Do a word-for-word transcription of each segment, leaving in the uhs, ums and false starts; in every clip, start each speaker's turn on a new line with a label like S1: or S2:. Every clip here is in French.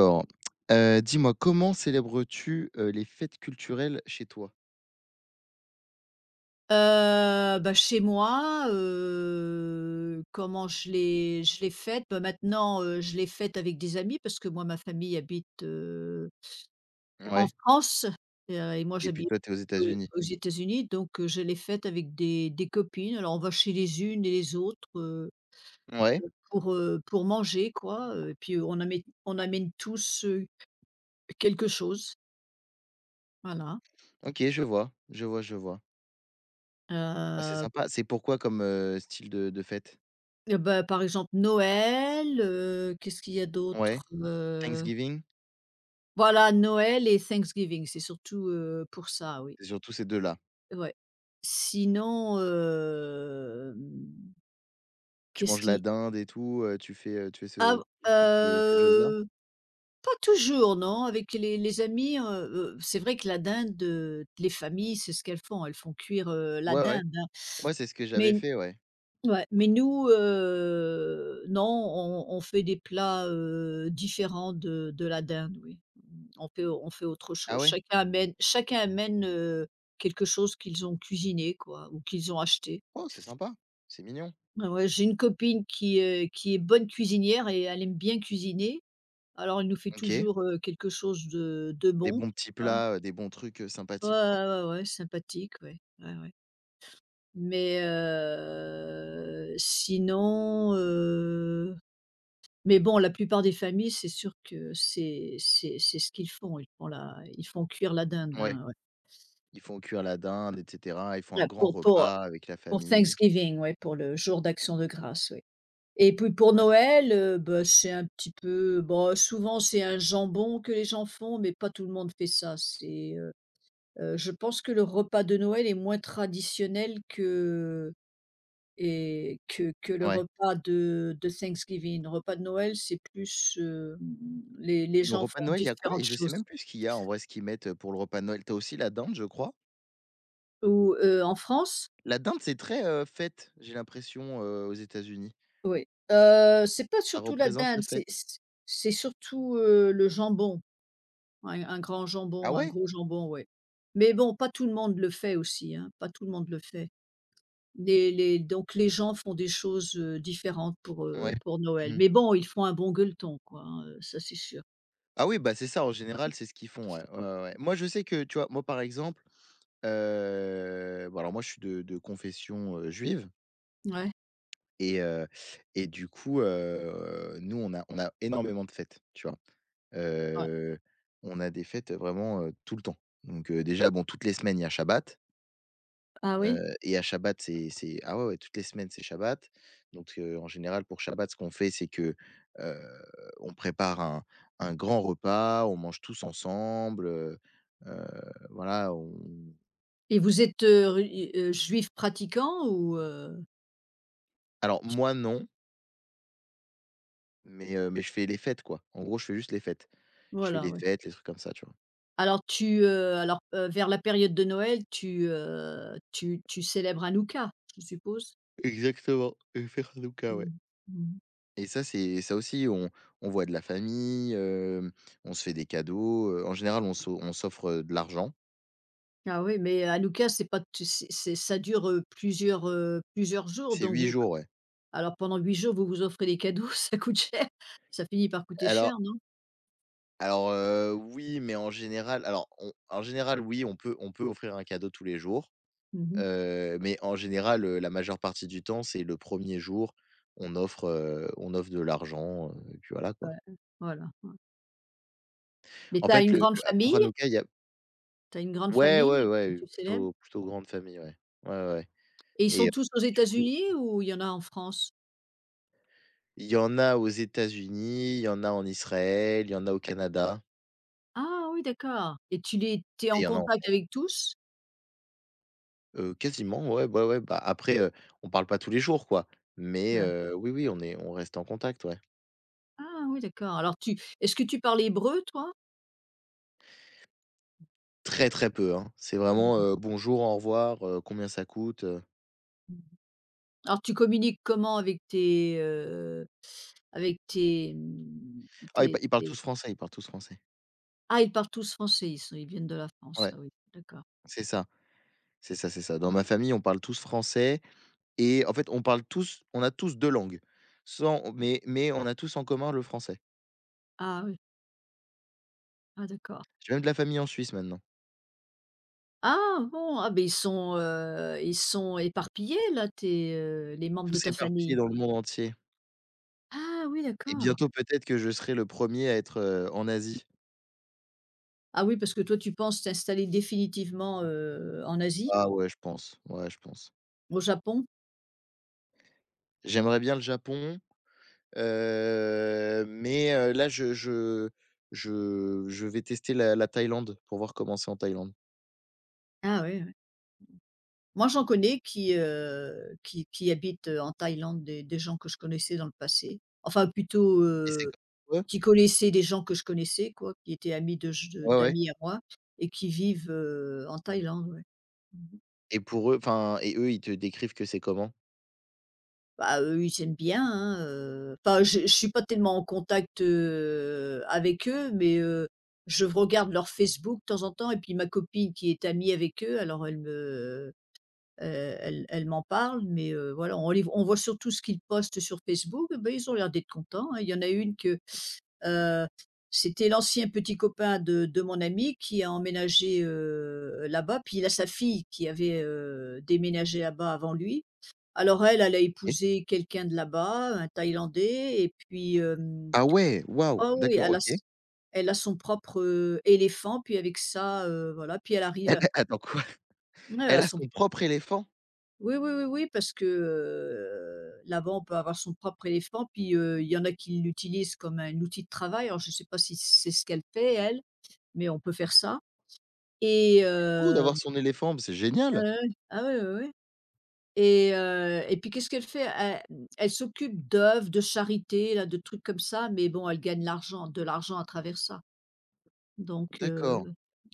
S1: Alors, heu, dis-moi, comment célèbres-tu, heu, les fêtes culturelles chez toi?
S2: Heu, bah, chez moi, heu, comment je l'ai je l'ai faite. Bah, maintenant, heu, je l'ai faite avec des amis parce que moi, ma famille habite, heu,
S1: Mmh.
S2: en
S1: Ouais,
S2: France, et et moi
S1: et puis
S2: j'habite,
S1: toi, tu es aux
S2: heu,
S1: États-Unis?
S2: aux États-Unis. Donc heu, je l'ai faite avec des des copines. Alors on va chez les unes et les autres, heu,
S1: Ouais,
S2: pour, heu, pour manger quoi, heu, et puis, heu, on amène on amène tous, heu, quelque chose, voilà.
S1: OK, je vois, je vois, je vois. Ah, c'est
S2: Heu,
S1: sympa. C'est pourquoi comme, heu, style de de fête?
S2: Bah, par exemple Noël, heu, qu'est-ce qu'il y a
S1: Ouais,
S2: d'autre? Euh,
S1: Thanksgiving?
S2: Voilà, Noël et Thanksgiving, c'est surtout, heu, pour ça, oui.
S1: C'est surtout ces deux là.
S2: Ouais. Sinon, hem,
S1: Tu
S2: qu'est-ce
S1: manges la
S2: qui
S1: dinde et tout, heu, tu fais, heu, tu fais
S2: ah,
S1: ce toutes ces ces choses-là?
S2: heu, pas toujours, non, avec les les amis, heu heu, c'est vrai que la dinde, heu, les familles, c'est ce qu'elles font, elles font cuire, heu, la
S1: Ouais, ouais.
S2: dinde, hein.
S1: Moi, c'est ce que
S2: Mais
S1: j'avais fait, ouais.
S2: ouais, mais nous, heu, non, on on fait des plats, heu, différents de de la dinde, oui. on fait on fait autre
S1: Ah
S2: chose.
S1: ouais?
S2: Chacun amène chacun amène, heu, quelque chose qu'ils ont cuisiné quoi ou qu'ils ont acheté.
S1: Oh, c'est sympa, c'est mignon.
S2: Ah ouais, j'ai une copine qui, heu, qui est bonne cuisinière et elle aime bien cuisiner. Alors elle nous fait
S1: OK.
S2: toujours, heu, quelque chose de de
S1: Des
S2: bon,
S1: bons petits
S2: hein.
S1: plats, heu, des bons trucs, heu,
S2: Ouais,
S1: sympathiques, quoi.
S2: ouais, ouais, ouais, sympathique, ouais, ouais, ouais. Mais, heu, sinon, heu, mais bon, la plupart des familles, c'est sûr que c'est c'est c'est ce qu'ils font. Ils font la ils font cuire la dinde,
S1: Ouais.
S2: hein, ouais.
S1: Ils font cuire la dinde et cetera, ils font un
S2: Là
S1: grand Mmh.
S2: pour pour
S1: repas avec la
S2: Pour
S1: famille.
S2: Thanksgiving, ouais, pour le jour d'action de grâce, oui. Et puis pour
S1: Ouais,
S2: Noël, heu, bah, c'est un petit peu bah, souvent c'est un jambon que les gens font, mais pas tout le monde fait ça. C'est, heu heu, je pense que le repas de Noël est moins traditionnel que et que que le
S1: ouais.
S2: repas de de Thanksgiving. Le repas de Noël, c'est plus, hem, les les
S1: Le
S2: gens
S1: repas
S2: font
S1: de Noël, il y a quoi? Et
S2: différentes
S1: je sais
S2: choses.
S1: même plus ce qu'il y a en vrai, ce qu'ils mettent, pour le repas de Noël. Tu as aussi la dinde, je crois.
S2: Ou, heu, en France?
S1: La dinde, c'est très, heu, fête, j'ai l'impression, heu, aux États-Unis.
S2: Oui. Heu, c'est pas
S1: Ça
S2: surtout la
S1: représente la
S2: dinde, c'est
S1: fête.
S2: c'est c'est surtout, heu, le jambon. Ouais, un grand
S1: Ah
S2: jambon, un
S1: ouais?
S2: gros jambon, ouais. Mais bon, pas tout le monde le fait aussi, hein, pas tout le monde le fait. Les les donc les gens font des choses, heu, différentes pour, heu,
S1: Ouais.
S2: pour Noël.
S1: Mmh.
S2: Mais bon, ils font un bon gueuleton, quoi, hein, heu, ça c'est sûr.
S1: Ah oui, bah, c'est ça en général, c'est ce qu'ils font, ouais. Ouais, ouais, ouais. Moi, je sais que, tu vois, moi, par exemple, heu, bon, alors moi, je suis de de confession, heu, juive
S2: Ouais,
S1: et heu et du coup, heu, nous, on a on a énormément de fêtes, tu vois?
S2: ouais.
S1: Heu, on a des fêtes vraiment, heu, tout le temps. Donc, heu, déjà, bon, toutes les semaines, il y a Shabbat.
S2: Ah oui?
S1: heu et à Shabbat, c'est c'est ah, ouais, ouais, toutes les semaines, c'est Shabbat. Donc, heu, en général, pour Shabbat, ce qu'on fait, c'est que heu, on prépare un un grand repas, on mange tous ensemble. heu heu, voilà. on
S2: Et vous êtes, heu, reli heu, juif pratiquant ou, heu?
S1: Alors moi, non, mais heu, mais je fais les fêtes, quoi. En gros, je fais juste les fêtes. Je fais
S2: Voilà,
S1: les
S2: ouais.
S1: fêtes, les trucs comme ça, tu vois?
S2: Alors tu, heu, alors, heu, vers la période de Noël, tu, heu, tu tu célèbres Hanouka, je suppose?
S1: Exactement et faire Hanouka, ouais.
S2: Mmh. Mmh.
S1: Et ça, c'est ça aussi, on on voit de la famille, heu, on se fait des cadeaux, heu, en général, on s'o on s'offre, heu, de l'argent.
S2: Ah oui, mais Hanouka, c'est pas tu c'est c'est ça dure, heu, plusieurs, heu, plusieurs jours
S1: C'est
S2: donc
S1: huit
S2: vous.
S1: jours, ouais.
S2: Alors pendant huit jours, vous vous offrez des cadeaux, ça coûte cher. Ça finit par coûter cher,
S1: Alors
S2: non?
S1: alors, heu, oui, mais en général, alors on en général, oui, on peut on peut offrir un cadeau tous les jours,
S2: Mmh.
S1: heu, mais en général, heu, la majeure partie du temps, c'est le premier jour, on offre, heu, on offre de l'argent, heu, et puis voilà,
S2: Ouais,
S1: quoi.
S2: voilà, ouais. Mais
S1: En
S2: tu as
S1: fait,
S2: une
S1: le
S2: grande
S1: le pour
S2: famille?
S1: Hanouka, il y a
S2: Tu as une grande
S1: ouais, ouais,
S2: famille avec qui
S1: ouais,
S2: tu célèbres?
S1: plutôt plutôt grande famille, ouais. Ouais, ouais, ouais,
S2: Et ils
S1: et
S2: sont tous aux
S1: et du coup,
S2: États-Unis ou il y en a en France?
S1: il y en a aux États-Unis, il y en a en Israël, il y en a au Canada
S2: Ah oui, d'accord, et tu les t'es
S1: et il
S2: en
S1: y en a en
S2: contact
S1: France.
S2: avec tous?
S1: Heu, quasiment, ouais, ouais, ouais, bah, après, heu, on parle pas tous les jours, quoi, mais
S2: Heu,
S1: heu, oui, oui, on est on reste en contact, ouais.
S2: ah oui, d'accord. Alors tu est-ce que tu parles hébreu, toi?
S1: Très, très peu, hein. C'est vraiment,
S2: Mmh.
S1: heu, bonjour, au revoir, heu, combien ça coûte, heu.
S2: Alors tu communiques comment avec tes, heu, avec tes, mmh,
S1: Ah, ils pa
S2: tes
S1: ils parlent
S2: tes
S1: tous français, ils parlent tous français.
S2: ah, ils parlent tous français, ils sont ils viennent de la France.
S1: Ouais,
S2: Ah oui, d'accord.
S1: c'est ça, c'est ça, c'est ça. Dans ma famille, on parle tous français et en fait, on parle tous on a tous deux langues, sans mais mais on a tous en commun le français.
S2: Ah oui, ah d'accord.
S1: J'ai même de la famille en Suisse maintenant,
S2: Ah bon, ah ben ils sont, heu, ils sont éparpillés là tes, heu, les membres de
S1: tous
S2: ta
S1: éparpillés
S2: famille?
S1: dans le monde entier.
S2: Ah oui,
S1: Et
S2: d'accord.
S1: bientôt peut-être que je serai le premier à être, heu, en Asie.
S2: Ah oui, parce que toi tu penses t'installer définitivement, heu, en Asie,
S1: Ah ouais, je pense, ouais, je pense.
S2: au Japon?
S1: J'aimerais bien le Japon, heu, mais heu, là je je je je vais tester la la Thaïlande pour voir comment c'est en Thaïlande.
S2: Ah oui, ouais. Moi j'en connais qui, heu, qui qui habitent, heu, en Thaïlande, des des gens que je connaissais dans le passé. Enfin plutôt,
S1: Et c'est
S2: euh,
S1: comme eux?
S2: qui connaissaient des gens que je connaissais quoi, qui étaient amis de j de
S1: Ouais, ouais,
S2: d'amis à moi et qui vivent, heu, en Thaïlande, ouais. Mmh.
S1: et pour eux, enfin, et eux, ils te décrivent que c'est comment?
S2: Bah, eux, ils aiment bien, hein, heu, enfin, je je suis pas tellement en contact, heu, avec eux, mais heu, je regarde leur Facebook de temps en temps et puis ma copine qui est amie avec eux, alors elle me e elle elle m'en parle, mais heu, voilà, on les on voit surtout ce qu'ils postent sur Facebook et beh, ils ont l'air d'être contents, hein. Il y en a une que Heu, c'était l'ancien petit copain de de mon ami qui a emménagé, heu, là-bas, puis il a sa fille qui avait, heu, déménagé là-bas avant lui. Alors elle, elle a
S1: OK.
S2: épousé quelqu'un de là-bas, un Thaïlandais et puis, hem
S1: Ah ouais, waouh,
S2: oh oui,
S1: d'accord,
S2: elle a
S1: OK. Elle
S2: s elle a son propre, heu, éléphant, puis avec ça, heu, voilà, puis elle arrive à
S1: attends quoi?
S2: ouais, elle
S1: Elle
S2: a
S1: a
S2: son
S1: son propre éléphant?
S2: oui, oui, oui, oui, parce que, heu, là-bas, on peut avoir son propre éléphant, puis, heu, il y en a qui l'utilisent comme un outil de travail. Alors je ne sais pas si c'est ce qu'elle fait elle, mais on peut faire ça. et
S1: Fou
S2: heu
S1: d'avoir son éléphant, mais c'est
S2: ah
S1: génial!
S2: ouais, ouais. Ah ouais, ouais, ouais. Et heu et puis qu'est-ce qu'elle fait? Elle elle s'occupe d'œuvres de charité, là, de trucs comme ça, mais bon, elle gagne l'argent de l'argent à travers ça. Donc heu,
S1: D'accord.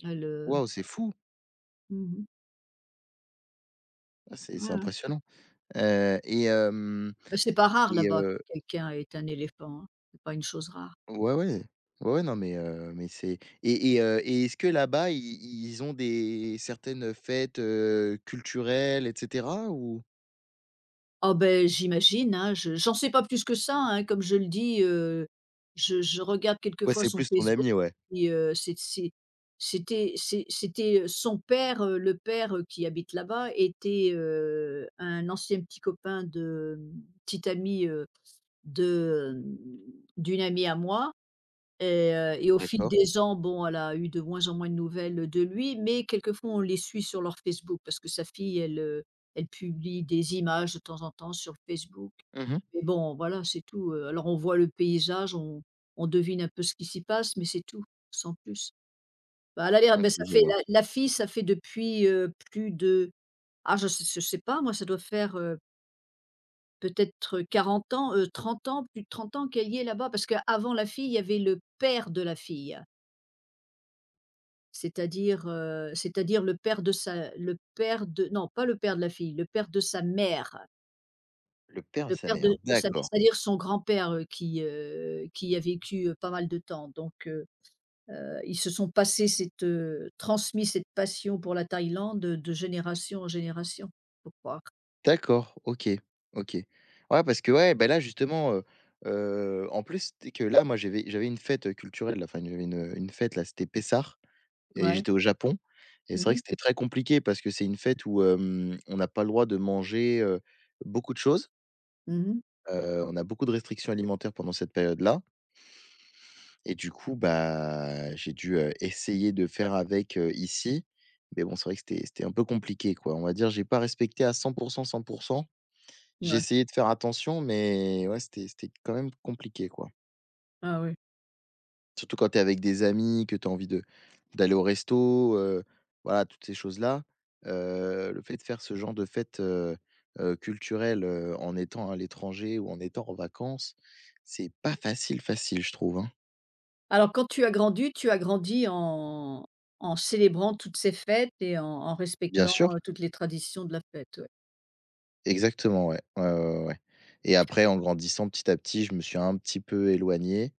S2: elle, heu
S1: Waouh, c'est fou!
S2: mmh
S1: Ah, c'est
S2: Ouais,
S1: c'est
S2: ouais.
S1: impressionnant. Heu et hem
S2: Bah, c'est pas rare
S1: et
S2: là-bas
S1: heu
S2: que quelqu'un est un éléphant, hein. C'est pas une chose rare.
S1: Ouais, ouais. Ouais, ouais, non, mais heu, mais c'est et et heu et est-ce que là-bas, i ils ont des certaines fêtes, heu, culturelles et cetera ou?
S2: Ah ben j'imagine, hein, je j'en sais pas plus que ça, hein, comme je le dis, heu, je je regarde
S1: Ouais,
S2: quelquefois
S1: c'est
S2: son
S1: plus ton
S2: Facebook
S1: ami, ouais.
S2: puis, heu, c'est c'est c'était c'est c'était, euh, son père, heu, le père, heu, qui habite là-bas était, heu, un ancien petit copain de, mmh, petit ami, heu, de, d'une amie à moi et heu et au fil
S1: D'accord.
S2: des ans, bon, elle a eu de moins en moins de nouvelles de lui, mais quelquefois on les suit sur leur Facebook parce que sa fille, elle, heu, elle publie des images de temps en temps sur Facebook.
S1: Mmh.
S2: Mais bon, voilà, c'est tout, heu, alors on voit le paysage, on on devine un peu ce qui s'y passe, mais c'est tout, sans plus. Bah, elle a l'air,
S1: OK,
S2: ben ça
S1: je
S2: fait
S1: vois.
S2: la la fille, ça fait depuis, heu, plus de ah, je sais je sais pas moi, ça doit faire, heu, peut-être quarante ans, heu, trente ans, plus de trente ans qu'elle y est là-bas parce qu'avant la fille, il y avait le père de la fille, hein. C'est-à-dire, heu, c'est-à-dire le père de sa le père de non, pas le père de la fille, le père de sa mère,
S1: Le père de
S2: le
S1: sa
S2: père de
S1: mère,
S2: de sa
S1: d'accord.
S2: c'est-à-dire son grand-père, heu, qui, heu, qui a vécu, heu, pas mal de temps. Donc heu, heu, ils se sont passés cette, heu transmis cette passion pour la Thaïlande, heu, de génération en génération, faut croire.
S1: D'accord, OK, OK. Ouais, parce que, ouais, bah, là, justement, heu heu, en plus, tu que là, moi, j'avais j'avais une fête culturelle, là, enfin, j'avais une, une fête, là, c'était Pessah. Et
S2: Ouais.
S1: j'étais au Japon et c'est
S2: Mmh
S1: vrai
S2: mh.
S1: que c'était très compliqué parce que c'est une fête où, hem, on n'a pas le droit de manger, heu, beaucoup de choses.
S2: Mmh.
S1: Heu, on a beaucoup de restrictions alimentaires pendant cette période-là, et du coup, bah, j'ai dû, heu, essayer de faire avec, heu, ici. Mais bon, c'est vrai que c'était c'était un peu compliqué, quoi. On va dire, j'ai pas respecté à cent cent. J'ai
S2: Ouais.
S1: essayé de faire attention, mais ouais, c'était c'était quand même compliqué, quoi.
S2: Ah oui.
S1: Surtout quand tu es avec des amis, que tu as envie de d'aller au resto, heu, voilà, toutes ces choses-là. Heu, le fait de faire ce genre de fête, heu heu, culturelle, heu, en étant à l'étranger ou en étant en vacances, c'est pas facile, facile, je trouve, hein.
S2: Alors quand tu as grandi, tu as grandi en en célébrant toutes ces fêtes et en en
S1: Bien
S2: respectant,
S1: sûr,
S2: heu, toutes les traditions de la fête, ouais.
S1: exactement, ouais. Ouais, ouais, ouais, ouais, et après, en grandissant, petit à petit, je me suis un petit peu éloigné.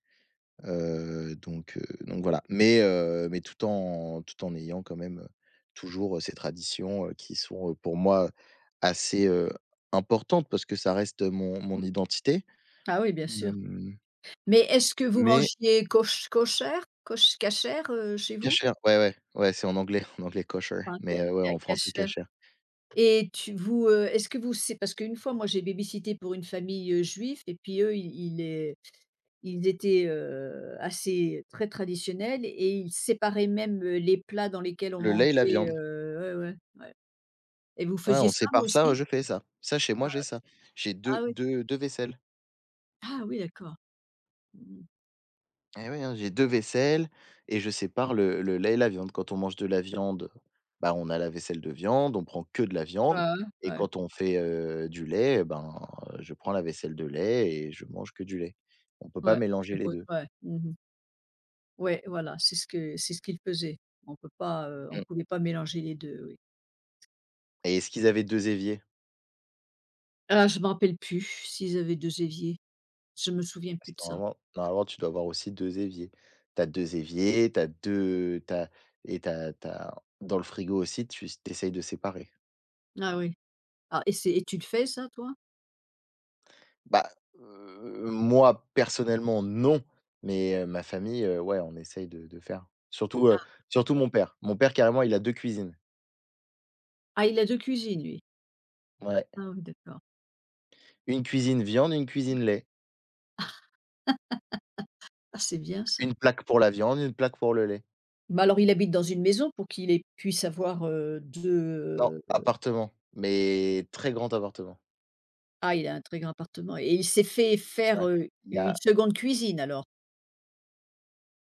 S1: Heu, donc heu, donc voilà. Mais heu, mais tout en tout en ayant quand même, heu, toujours, heu, ces traditions, heu, qui sont, heu, pour moi, assez, heu, importantes parce que ça reste mon mon identité.
S2: Ah oui, bien sûr.
S1: Hem,
S2: Mais est-ce que vous
S1: mais
S2: mangiez koch kochère koch cachère, heu, chez vous?
S1: kasher, ouais, ouais, ouais, c'est en anglais. En anglais kosher,
S2: Enfin,
S1: mais
S2: ca
S1: heu, ouais,
S2: ca
S1: en français
S2: cachère.
S1: kasher.
S2: Et tu vous, heu, est-ce que vous c'est parce qu'une fois, moi, j'ai babysitté pour une famille, heu, juive et puis eux, ils ils, heu, ils étaient, heu, assez très traditionnels et ils séparaient même, heu, les plats dans lesquels on
S1: Le lait et la
S2: mangeait,
S1: viande.
S2: heu, ouais, ouais, ouais, et vous
S1: Ouais,
S2: faisiez
S1: on
S2: ça vous
S1: sépare ça, heu,
S2: aussi?
S1: je fais ça. Ça, chez moi, j'ai ça. J'ai deux
S2: Ah oui,
S1: deux deux vaisselles.
S2: ah oui, d'accord. Mmh mh.
S1: Eh oui, hein, j'ai deux vaisselles et je sépare le le lait et la viande. Quand on mange de la viande, bah, on a la vaisselle de viande, on prend que de la
S2: Ouais,
S1: viande.
S2: ouais,
S1: Et
S2: ouais,
S1: quand on fait, heu, du lait, eh ben, heu, je prends la vaisselle de lait et je mange que du lait. On peut pas
S2: ouais,
S1: mélanger
S2: je
S1: les deux.
S2: ouais, mmh mh. Ouais, voilà, c'est ce que c'est ce qu'ils faisaient. On peut pas, heu, on
S1: Mmh.
S2: pouvait pas mélanger les deux, oui.
S1: Et est-ce qu'ils avaient deux éviers?
S2: Ah, je m'en rappelle plus s'ils avaient deux éviers. Je me souviens
S1: Parce
S2: plus
S1: que
S2: de ça.
S1: normalement normalement, tu dois avoir aussi deux éviers. Tu as deux éviers, tu as deux, tu et t'as t'as, dans le frigo aussi, tu tu essayes de séparer.
S2: Ah oui. Ah, et c'est et tu le fais ça, toi?
S1: Bah, heu, moi personnellement non, mais heu, ma famille, heu, ouais, on essaye de de faire. Surtout, Mmh.
S2: Ah, vous
S1: surtout
S2: faisiez.
S1: mon père. Mon père carrément, il a deux cuisines.
S2: Ah, il a deux cuisines, lui?
S1: Ouais,
S2: Ah oui, d'accord.
S1: une cuisine viande, une cuisine lait.
S2: Ah, c'est bien ça.
S1: Une plaque pour la viande, une plaque pour le lait.
S2: Bah, alors il habite dans une maison pour qu'il ait puisse avoir, heu,
S1: Non,
S2: deux.
S1: appartement, mais très grand appartement.
S2: Ah, il a un très grand appartement et il s'est fait faire,
S1: Ouais.
S2: heu,
S1: Il y
S2: une
S1: a
S2: seconde cuisine alors?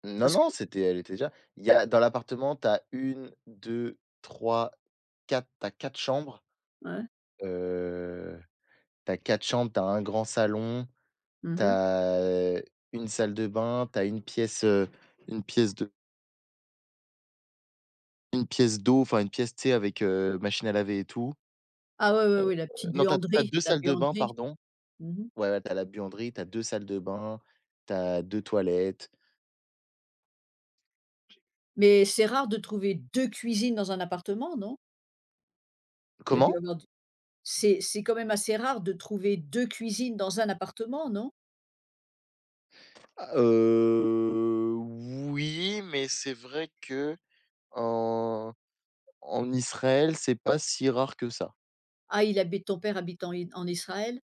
S1: non,
S2: Parce
S1: non,
S2: que
S1: c'était elle était déjà... il y a dans l'appartement, tu as un, deux, trois, quatre. tu as 4 chambres,
S2: Ouais.
S1: heu, Tu as quatre chambres, tu as un grand salon,
S2: Mmh.
S1: t'as as, une salle de bain, t'as une pièce, heu, une pièce de une pièce d'eau, enfin une pièce, tu sais, avec, heu, machine à laver et tout.
S2: Ah ouais, ouais, ouais, la
S1: Heu
S2: petite
S1: Non, t'as t'as
S2: buanderie,
S1: deux
S2: la
S1: salles de bain,
S2: buanderie.
S1: pardon.
S2: Mmh.
S1: Ouais, ouais, tu la buanderie, t'as deux salles de bain, t'as deux toilettes.
S2: Mais c'est rare de trouver deux cuisines dans un appartement, non? Il a dû
S1: Comment?
S2: avoir du c'est c'est quand même assez rare de trouver deux cuisines dans un appartement, non?
S1: Ah, oui, mais c'est vrai que en en Israël, c'est pas si rare que ça.
S2: Ah, il habite Ton père habite en I en Israël?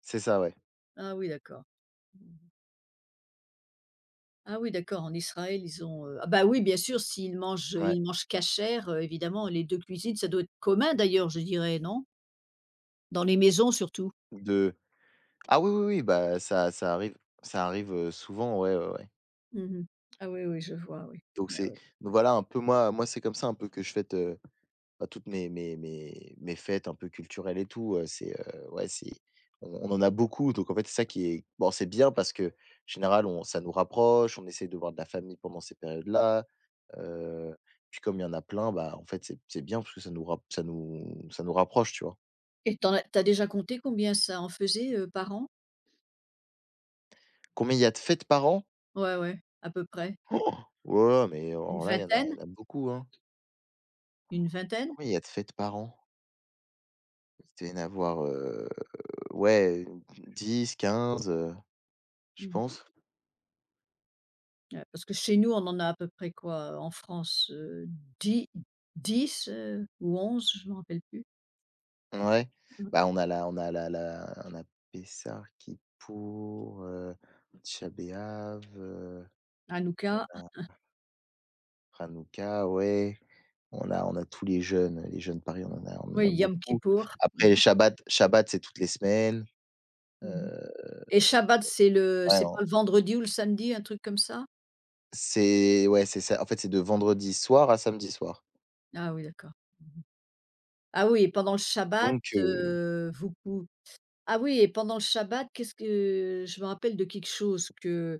S1: C'est ça, ouais.
S2: Ah oui, d'accord. Mhm. Ah oui, d'accord, en Israël, ils ont, heu ah bah, oui, bien sûr, s'ils mangent, euh,
S1: Ouais,
S2: ils mangent cachère, heu, évidemment, les deux cuisines, ça doit être commun d'ailleurs, je dirais, non? Dans les maisons surtout.
S1: de ah oui, oui, oui, bah, ça ça arrive ça arrive, heu, souvent, ouais, ouais, ouais.
S2: Mmh. Ah oui, oui, je vois, oui.
S1: Donc
S2: Ouais,
S1: c'est
S2: ouais.
S1: donc voilà un peu, moi moi c'est comme ça un peu que je fête, heu, bah, toutes mes mes mes mes fêtes un peu culturelles et tout, heu, c'est, heu, ouais c'est, on on en a beaucoup. Donc en fait c'est ça qui est bon, c'est bien parce que en général, on ça nous rapproche, on essaie de voir de la famille pendant ces périodes-là, puis comme il y en a plein, bah, en fait c'est c'est bien parce que ça nous rap ça nous ça nous rapproche, tu vois?
S2: Et tu as tu déjà compté combien ça en faisait, heu, par an?
S1: Combien il y a de fêtes par an?
S2: Ouais, ouais, à peu près.
S1: Ouais, mais
S2: Une
S1: alors là, il y en a il y
S2: vingtaine?
S1: en a beaucoup, hein.
S2: Une vingtaine?
S1: Combien il y a de fêtes par an? Il doit y en avoir, heu, ouais, dix quinze. heu Je
S2: Mmh.
S1: pense,
S2: Ouais, parce que chez nous, on en a à peu près quoi, heu, en France, heu, dix 10, heu, ou onze, je ne me rappelle plus.
S1: ouais.
S2: Mmh.
S1: Bah, on a la on a la la on a Pessah, Kippour, heu, Tisha Béav, heu,
S2: Hanouka,
S1: on a Hanouka, ouais. On a on a tous les jeunes, les jeunes pareil, on en a on en a
S2: oui, Yom
S1: beaucoup.
S2: Kippour.
S1: Après
S2: Mmh
S1: les
S2: mh.
S1: Shabbat Shabbat, c'est toutes les semaines,
S2: Mmh.
S1: heu,
S2: Et Shabbat, c'est le
S1: ouais,
S2: c'est pas
S1: on
S2: le vendredi ou le samedi, un truc comme ça?
S1: c'est ouais, c'est ça. En fait, c'est de vendredi soir à samedi soir.
S2: Ah oui, d'accord. Mmh. Ah oui, et pendant le Shabbat,
S1: Donc heu,
S2: heu, vous pou ah oui, et pendant le Shabbat, qu'est-ce que je me rappelle de quelque chose que,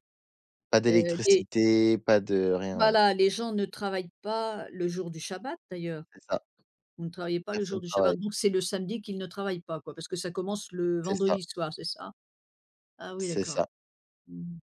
S1: Pas
S2: heu, les
S1: d'électricité, pas de rien, ouais.
S2: voilà, les gens ne travaillent pas le jour du Shabbat, d'ailleurs.
S1: C'est ça,
S2: Vous ne travaillez pas le
S1: personne
S2: jour du
S1: travaille.
S2: Shabbat, donc c'est le samedi qu'il ne travaille pas, quoi? Parce que ça commence le
S1: C'est ça,
S2: vendredi soir, c'est ça? Ah oui,
S1: c'est
S2: d'accord.
S1: ça.
S2: Mmh.